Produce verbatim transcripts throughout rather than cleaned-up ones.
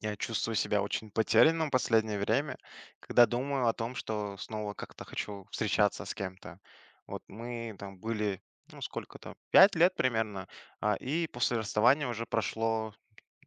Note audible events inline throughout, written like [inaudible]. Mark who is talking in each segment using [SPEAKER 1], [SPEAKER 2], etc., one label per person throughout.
[SPEAKER 1] Я чувствую себя очень потерянным в последнее время, когда думаю о том, что снова как-то хочу встречаться с кем-то. Вот мы там были, ну, сколько-то, пять лет примерно, а, и после расставания уже прошло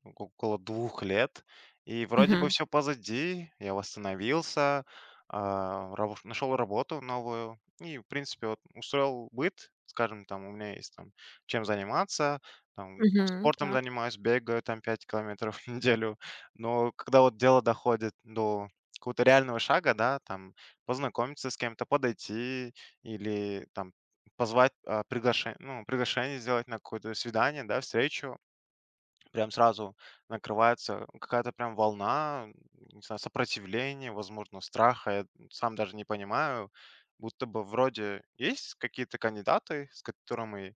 [SPEAKER 1] около двух лет. И вроде бы
[SPEAKER 2] Мгм.
[SPEAKER 1] все позади. Я восстановился, а, рабо нашел работу новую и, в принципе, вот устроил быт. Скажем, там у меня есть там чем заниматься, там
[SPEAKER 2] Мгм.
[SPEAKER 1] спортом
[SPEAKER 2] Так.
[SPEAKER 1] занимаюсь, бегаю там пять километров [laughs] в неделю. Но когда вот дело доходит до какого-то реального шага, да, там познакомиться с кем-то, подойти или там позвать, а, приглашение ну, приглашение сделать на какое-то свидание, да, встречу. Прям сразу накрывается какая-то прям волна, м, не знаю, сопротивления, возможно, страха. Я сам даже не понимаю. Будто бы вроде есть какие-то кандидаты, с которыми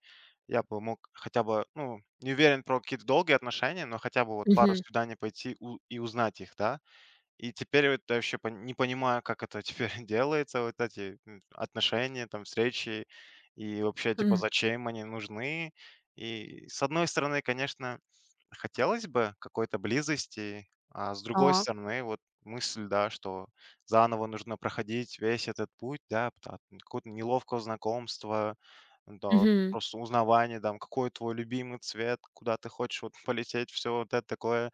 [SPEAKER 1] я бы мог хотя бы, ну, не уверен про какие-то долгие отношения, но хотя бы вот пару
[SPEAKER 2] Мгм.
[SPEAKER 1] свиданий пойти у- и узнать их, да. И теперь вот я вообще пон не понимаю, как это теперь [laughs] делается, вот эти, м, отношения, там, встречи. И вообще, типа,
[SPEAKER 2] Хм.
[SPEAKER 1] зачем они нужны? И, с одной стороны, конечно, хотелось бы какой-то близости, а с другой
[SPEAKER 2] Так.
[SPEAKER 1] стороны, вот мысль, да, что заново нужно проходить весь этот путь, да, пта какого-то неловкого знакомства, да, вот
[SPEAKER 2] Мгм.
[SPEAKER 1] просто узнавания, там, какой твой любимый цвет, куда ты хочешь вот [laughs] полететь, все вот это такое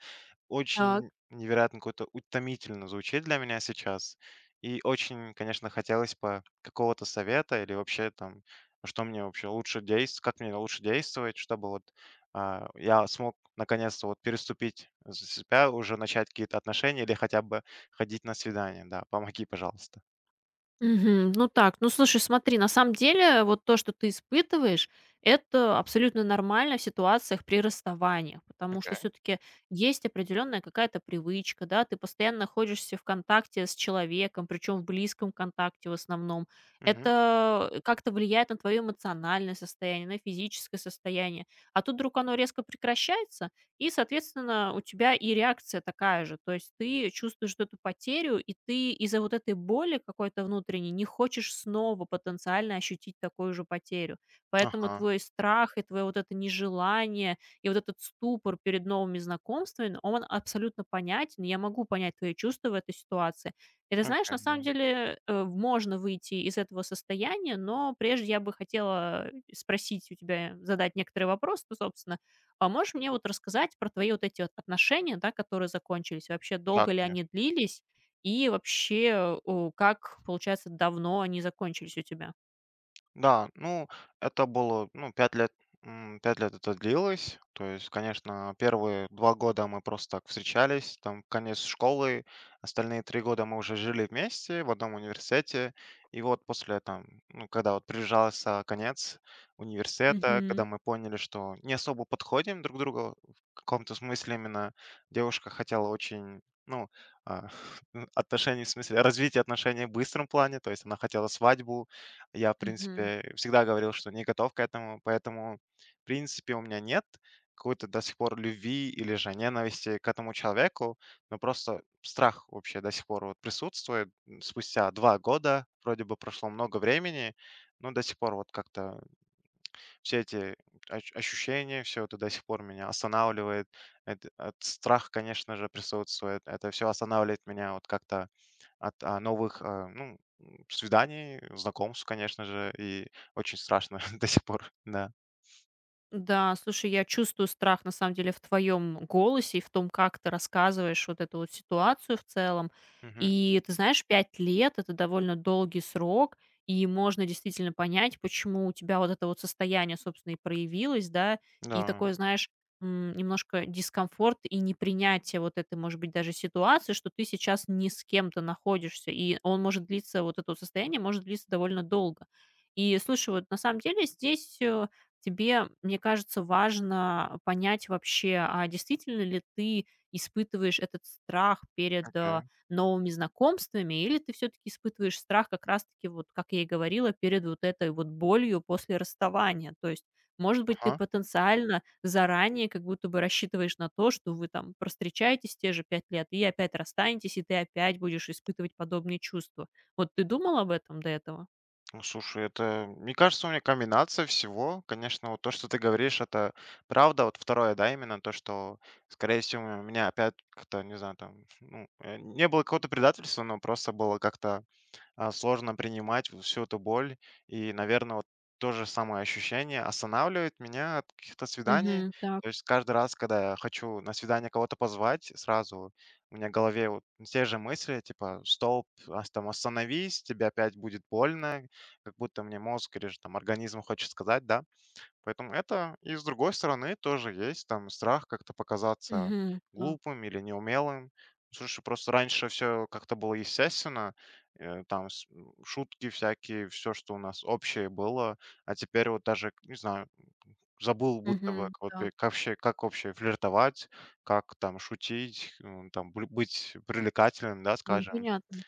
[SPEAKER 2] Так.
[SPEAKER 1] очень невероятно какой-то утомительно звучит для меня сейчас. И очень, конечно, хотелось бы какого-то совета или вообще там, что мне вообще лучше действовать, как мне лучше действовать, чтобы вот а, я смог наконец-то вот переступить за себя, уже начать какие-то отношения или хотя бы ходить на свидание. Да, помоги, пожалуйста.
[SPEAKER 2] Мгм. Ну так, ну слушай, смотри, на самом деле вот то, что ты испытываешь, это абсолютно нормально в ситуациях при расставаниях, потому что
[SPEAKER 1] Окей.
[SPEAKER 2] все-таки есть определенная какая-то привычка, да, ты постоянно находишься в контакте с человеком, причем в близком контакте в основном.
[SPEAKER 1] Мгм.
[SPEAKER 2] Это э, как-то влияет на твое эмоциональное состояние, на физическое состояние. А тут вдруг оно резко прекращается, И, соответственно, у тебя и реакция такая же. То есть ты чувствуешь вот эту потерю, и ты из-за вот этой боли какой-то внутренней не хочешь снова потенциально ощутить такую же потерю. Поэтому
[SPEAKER 1] Ага,
[SPEAKER 2] твой страх и твое вот это нежелание, и вот этот ступор перед новыми знакомствами, он абсолютно понятен. Я могу понять твои чувства в этой ситуации. И ты знаешь,
[SPEAKER 1] окей,
[SPEAKER 2] на самом
[SPEAKER 1] да.
[SPEAKER 2] деле э, можно выйти из этого состояния, но прежде я бы хотела спросить у тебя, задать некоторые вопросы, собственно, а можешь мне вот рассказать про твои вот эти вот отношения, да, которые закончились? Вообще,
[SPEAKER 1] Да,
[SPEAKER 2] долго ли они
[SPEAKER 1] конечно.
[SPEAKER 2] длились? И вообще, о, как, получается, давно они закончились у тебя?
[SPEAKER 1] Да, ну, это было, ну, пять лет, м, 5 лет это длилось. То есть, конечно, первые два года мы просто так встречались, там, конец школы, остальные три года мы уже жили вместе в одном университете. И вот после, там, ну, когда вот приближался конец университета, когда
[SPEAKER 2] Мгм.
[SPEAKER 1] мы поняли, что не особо подходим друг к другу в каком-то смысле именно, девушка хотела очень, ну, а, [laughs] отношений, в смысле развития отношений в быстром плане, то есть она хотела свадьбу, я, в
[SPEAKER 2] Мгм.
[SPEAKER 1] принципе, всегда говорил, что не готов к этому, поэтому, в принципе, у меня нет какой-то до сих пор любви или же ненависти к этому человеку, но просто страх вообще до сих пор вот присутствует. М, Спустя два года, вроде бы прошло много времени, но до сих пор вот как-то все эти оч- ощущения, все это до сих пор меня останавливает. Это, от страх, конечно же, присутствует. Это все останавливает меня вот как-то от, а, новых, а, ну, свиданий, знакомств, конечно же, и очень страшно [laughs] до сих пор, да.
[SPEAKER 2] Да, слушай, я чувствую страх, на самом деле, в твоем голосе и в том, как ты рассказываешь вот эту вот ситуацию в целом.
[SPEAKER 1] Мгм.
[SPEAKER 2] И ты знаешь, пять лет — это довольно долгий срок, и можно действительно понять, почему у тебя вот это вот состояние, собственно, и проявилось, да, и
[SPEAKER 1] Да,
[SPEAKER 2] такое, знаешь, м, немножко дискомфорт и непринятие вот этой, может быть, даже ситуации, что ты сейчас не с кем-то находишься, и он может длиться, вот это вот состояние может длиться довольно долго. И слушай, вот на самом деле здесь э, тебе, мне кажется, важно понять вообще, а действительно ли ты испытываешь этот страх перед
[SPEAKER 1] окей.
[SPEAKER 2] э, новыми знакомствами, или ты все-таки испытываешь страх как раз-таки, вот как я и говорила, перед вот этой вот болью после расставания. То есть, может быть, ты
[SPEAKER 1] Ага.
[SPEAKER 2] потенциально заранее как будто бы рассчитываешь на то, что вы там простречаетесь те же пять лет и опять расстанетесь, и ты опять будешь испытывать подобные чувства. Вот ты думал об этом до этого?
[SPEAKER 1] Ну, слушай, это, мне кажется, у меня комбинация всего. Конечно, вот то, что ты говоришь, это правда. Вот второе, да, именно то, что, скорее всего, у меня опять как-то, не знаю, там, ну, э, не было какого-то предательства, но просто было как-то а, сложно принимать вот всю эту боль. И, наверное, вот то же самое ощущение останавливает меня от каких-то свиданий.
[SPEAKER 2] Мгм. так.
[SPEAKER 1] То есть каждый раз, когда я хочу на свидание кого-то позвать, сразу у меня в голове вот те же мысли, типа, стоп, ас- там, остановись, тебе опять будет больно, как будто мне мозг или же там организм хочет сказать, да, поэтому это и с другой стороны тоже есть там страх как-то показаться
[SPEAKER 2] Мгм. Да.
[SPEAKER 1] глупым или неумелым. Слушай, просто раньше все как-то было естественно, э, там с- м, шутки всякие, все, что у нас общее было, а теперь вот даже, не знаю, забыл будто бы,
[SPEAKER 2] Мгм.
[SPEAKER 1] как, вот пе-
[SPEAKER 2] так.
[SPEAKER 1] как вообще, как вообще флиртовать, как там шутить, м, там блю- быть привлекательным, да,
[SPEAKER 2] М,
[SPEAKER 1] скажем.
[SPEAKER 2] понятно.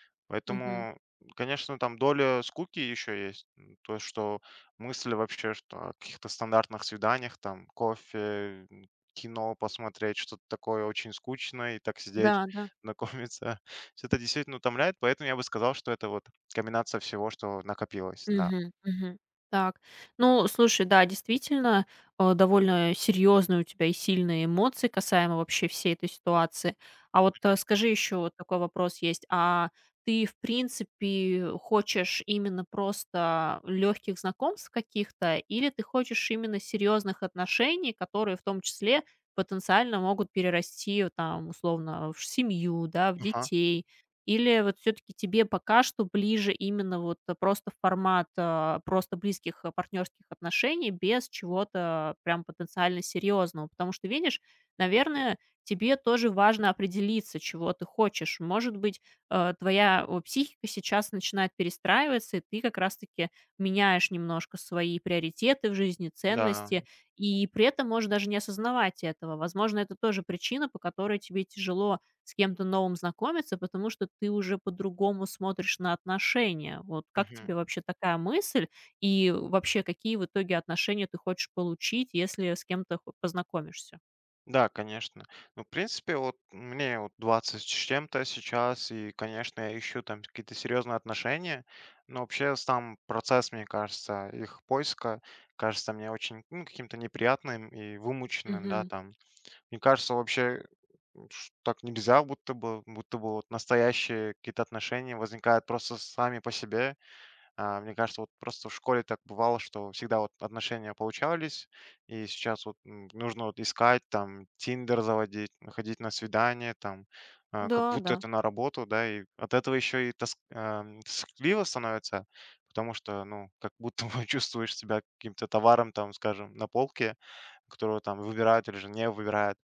[SPEAKER 2] Мгм.
[SPEAKER 1] Поэтому, конечно, там доля скуки еще есть. М, То, что мысли вообще, что о каких-то стандартных свиданиях, там, кофе, м, кино посмотреть, что-то такое очень скучное, и так
[SPEAKER 2] Да,
[SPEAKER 1] сидеть,
[SPEAKER 2] да.
[SPEAKER 1] знакомиться. [laughs] Все это действительно утомляет, поэтому я бы сказал, что это вот комбинация всего, что накопилось. Да,
[SPEAKER 2] Мгм, мгм. Так. Ну, слушай, да, действительно, э, довольно серьезные у тебя и сильные эмоции касаемо вообще всей этой ситуации. А вот, э,
[SPEAKER 1] конечно.
[SPEAKER 2] скажи еще вот такой вопрос есть. А ты, в принципе, хочешь именно просто легких знакомств каких-то, или ты хочешь именно серьезных отношений, которые в том числе потенциально могут перерасти, э, там, условно, в семью, да, в
[SPEAKER 1] Ага,
[SPEAKER 2] детей? Или вот все таки тебе пока что ближе именно вот э, просто формат, а, просто близких, а, партнерских отношений без чего-то прям потенциально серьезного? Потому что, видишь, наверное, тебе тоже важно определиться, чего ты хочешь. Может быть, э, твоя, о, психика сейчас начинает перестраиваться, и ты как раз-таки меняешь немножко свои приоритеты в жизни,
[SPEAKER 1] да.
[SPEAKER 2] ценности, и при этом можешь даже не осознавать этого. Возможно, это тоже причина, по которой тебе тяжело с кем-то новым знакомиться, потому что ты уже по-другому смотришь на отношения. Вот как тебе вообще такая мысль? И вообще, какие в итоге отношения ты хочешь получить, если с кем-то хо- познакомишься?
[SPEAKER 1] Да, конечно. Ну, в принципе, вот мне вот двадцать с чем-то сейчас, и, конечно, я ищу там какие-то серьезные отношения, но вообще сам процесс, мне кажется, их поиска кажется мне очень, ну, каким-то неприятным и вымученным, да,
[SPEAKER 2] Мгм.
[SPEAKER 1] там. Мне кажется, вообще ш- так нельзя, будто бы, будто бы вот настоящие какие-то отношения возникают просто сами по себе, а, мне кажется, вот просто в школе так бывало, что всегда вот отношения получались, и сейчас вот м, нужно вот искать, там, Тиндер заводить, ходить на свидание, там, а,
[SPEAKER 2] Да,
[SPEAKER 1] как будто
[SPEAKER 2] да.
[SPEAKER 1] это на работу, да, и от этого еще и тоск- ам, тоскливо становится, потому что, ну, как будто бы [laughs] чувствуешь себя каким-то товаром, там, скажем, на полке, которого там выбирают или же не выбирают.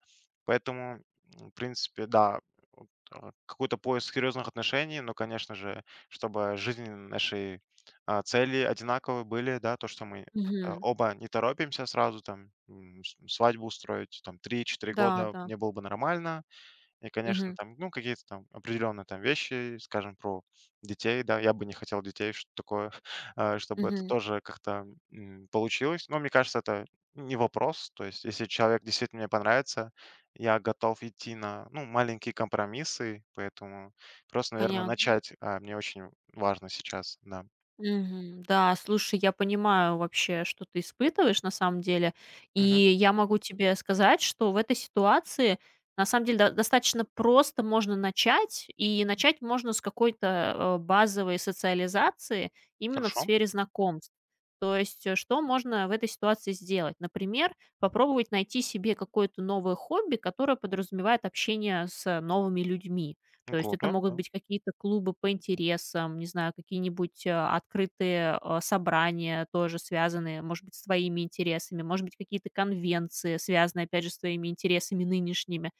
[SPEAKER 1] Поэтому, м, в принципе, да, вот, а, какой-то поиск серьезных отношений, но, конечно же, чтобы жизнь нашей а, цели одинаковые были, да, то, что мы как-то
[SPEAKER 2] Мгм.
[SPEAKER 1] оба не торопимся сразу там, м, с свадьбу устроить, там три-четыре
[SPEAKER 2] Да,
[SPEAKER 1] года
[SPEAKER 2] да.
[SPEAKER 1] мне было бы нормально. И, конечно,
[SPEAKER 2] Мгм.
[SPEAKER 1] там, ну, какие-то там определенные там вещи, скажем, про детей, да, я бы не хотел детей, что такое, [laughs] а, чтобы это
[SPEAKER 2] Мгм.
[SPEAKER 1] тоже как-то, м, получилось. Но мне кажется, это не вопрос. То есть, если человек действительно мне понравится, я готов идти на, ну, маленькие компромиссы, поэтому просто, наверное,
[SPEAKER 2] Понятно.
[SPEAKER 1] начать, а, мне очень важно сейчас, да.
[SPEAKER 2] Мгм. Да, слушай, я понимаю вообще, что ты испытываешь на самом деле. И
[SPEAKER 1] Мгм.
[SPEAKER 2] я могу тебе сказать, что в этой ситуации на самом деле до- достаточно просто можно начать. И начать можно с какой-то э, базовой социализации именно в
[SPEAKER 1] Хорошо.
[SPEAKER 2] сфере знакомств. То есть, э, что можно в этой ситуации сделать? Например, попробовать найти себе какое-то новое хобби, которое подразумевает общение с новыми людьми.
[SPEAKER 1] Ну,
[SPEAKER 2] То есть это
[SPEAKER 1] круто,
[SPEAKER 2] могут
[SPEAKER 1] да.
[SPEAKER 2] быть какие-то клубы по интересам, не знаю, какие-нибудь, э, открытые, э, собрания, тоже связанные, может быть, с твоими интересами, может быть, какие-то конвенции, связанные, опять же, с твоими интересами нынешними.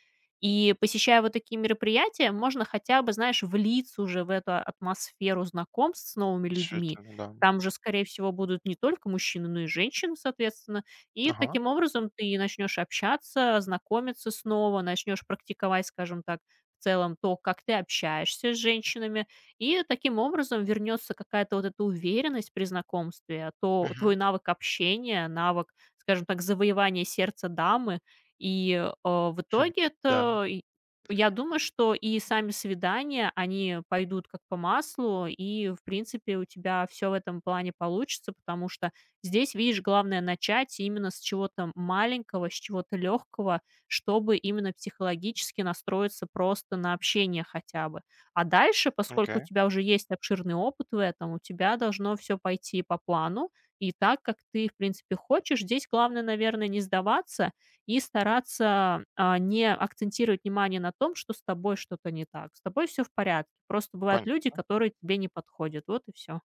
[SPEAKER 2] И посещая вот такие мероприятия, можно хотя бы, знаешь, влиться уже в эту атмосферу знакомств с новыми людьми.
[SPEAKER 1] Действительно, да.
[SPEAKER 2] Там же, скорее всего, будут не только мужчины, но и женщины, соответственно. И
[SPEAKER 1] Ага.
[SPEAKER 2] таким образом ты начнешь общаться, знакомиться снова, начнешь практиковать, скажем так, в целом то, как ты общаешься с женщинами, и таким образом вернется какая-то вот эта уверенность при знакомстве, а то
[SPEAKER 1] Мгм.
[SPEAKER 2] твой навык общения, навык, скажем так, завоевания сердца дамы, и э, в
[SPEAKER 1] [laughs]
[SPEAKER 2] итоге
[SPEAKER 1] Да.
[SPEAKER 2] это, и- я думаю, что и сами свидания, они пойдут как по маслу, и, в принципе, у тебя все в этом плане получится, потому что здесь, видишь, главное начать именно с чего-то маленького, с чего-то легкого, чтобы именно психологически настроиться просто на общение хотя бы. А дальше, поскольку у
[SPEAKER 1] Окей.
[SPEAKER 2] тебя уже есть обширный опыт в этом, у тебя должно все пойти по плану и так, как ты, в принципе, хочешь. Здесь главное, наверное, не сдаваться и стараться, а, не акцентировать внимание на том, что с тобой что-то не так. С тобой все в порядке. Просто бывают
[SPEAKER 1] Понятно.
[SPEAKER 2] люди, которые тебе не подходят. Вот и все.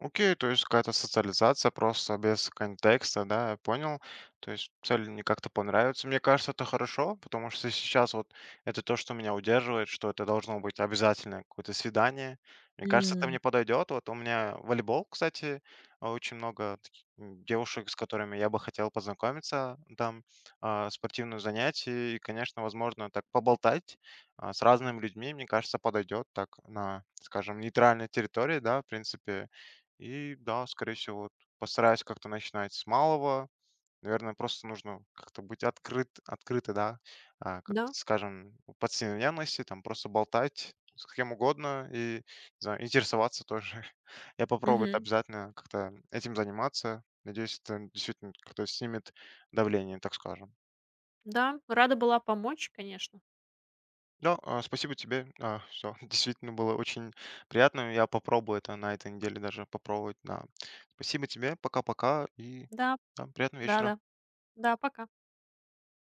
[SPEAKER 1] Окей, то есть какая-то социализация просто без контекста, да, я понял. То есть цель не как-то понравится. Мне кажется, это хорошо, потому что сейчас вот это то, что меня удерживает, что это должно быть обязательно какое-то свидание. Мне кажется, это
[SPEAKER 2] М,
[SPEAKER 1] мне подойдет. Вот у меня волейбол, кстати, а, очень много таки- м, девушек, с которыми я бы хотел познакомиться, там а, спортивные занятия и, конечно, возможно, так поболтать а, с разными людьми, мне кажется, подойдет так на, скажем, нейтральной территории, да, в принципе, и да, скорее всего, вот постараюсь как-то начинать с малого. Наверное, просто нужно как-то быть открыт, открыто, да, а, как,
[SPEAKER 2] да.
[SPEAKER 1] скажем, по современности, там просто болтать с кем угодно и, не знаю, интересоваться тоже. [laughs] Я попробую это
[SPEAKER 2] Мгм.
[SPEAKER 1] обязательно как-то этим заниматься. Надеюсь, это действительно как-то снимет давление, так скажем.
[SPEAKER 2] Да, рада была помочь, конечно.
[SPEAKER 1] Да, а, спасибо тебе. Все, [laughs] действительно было очень приятно. Я попробую это на этой неделе даже попробовать, да. Спасибо тебе. Пока-пока и,
[SPEAKER 2] Да,
[SPEAKER 1] да, приятного
[SPEAKER 2] да-да.
[SPEAKER 1] вечера.
[SPEAKER 2] Да, да, пока.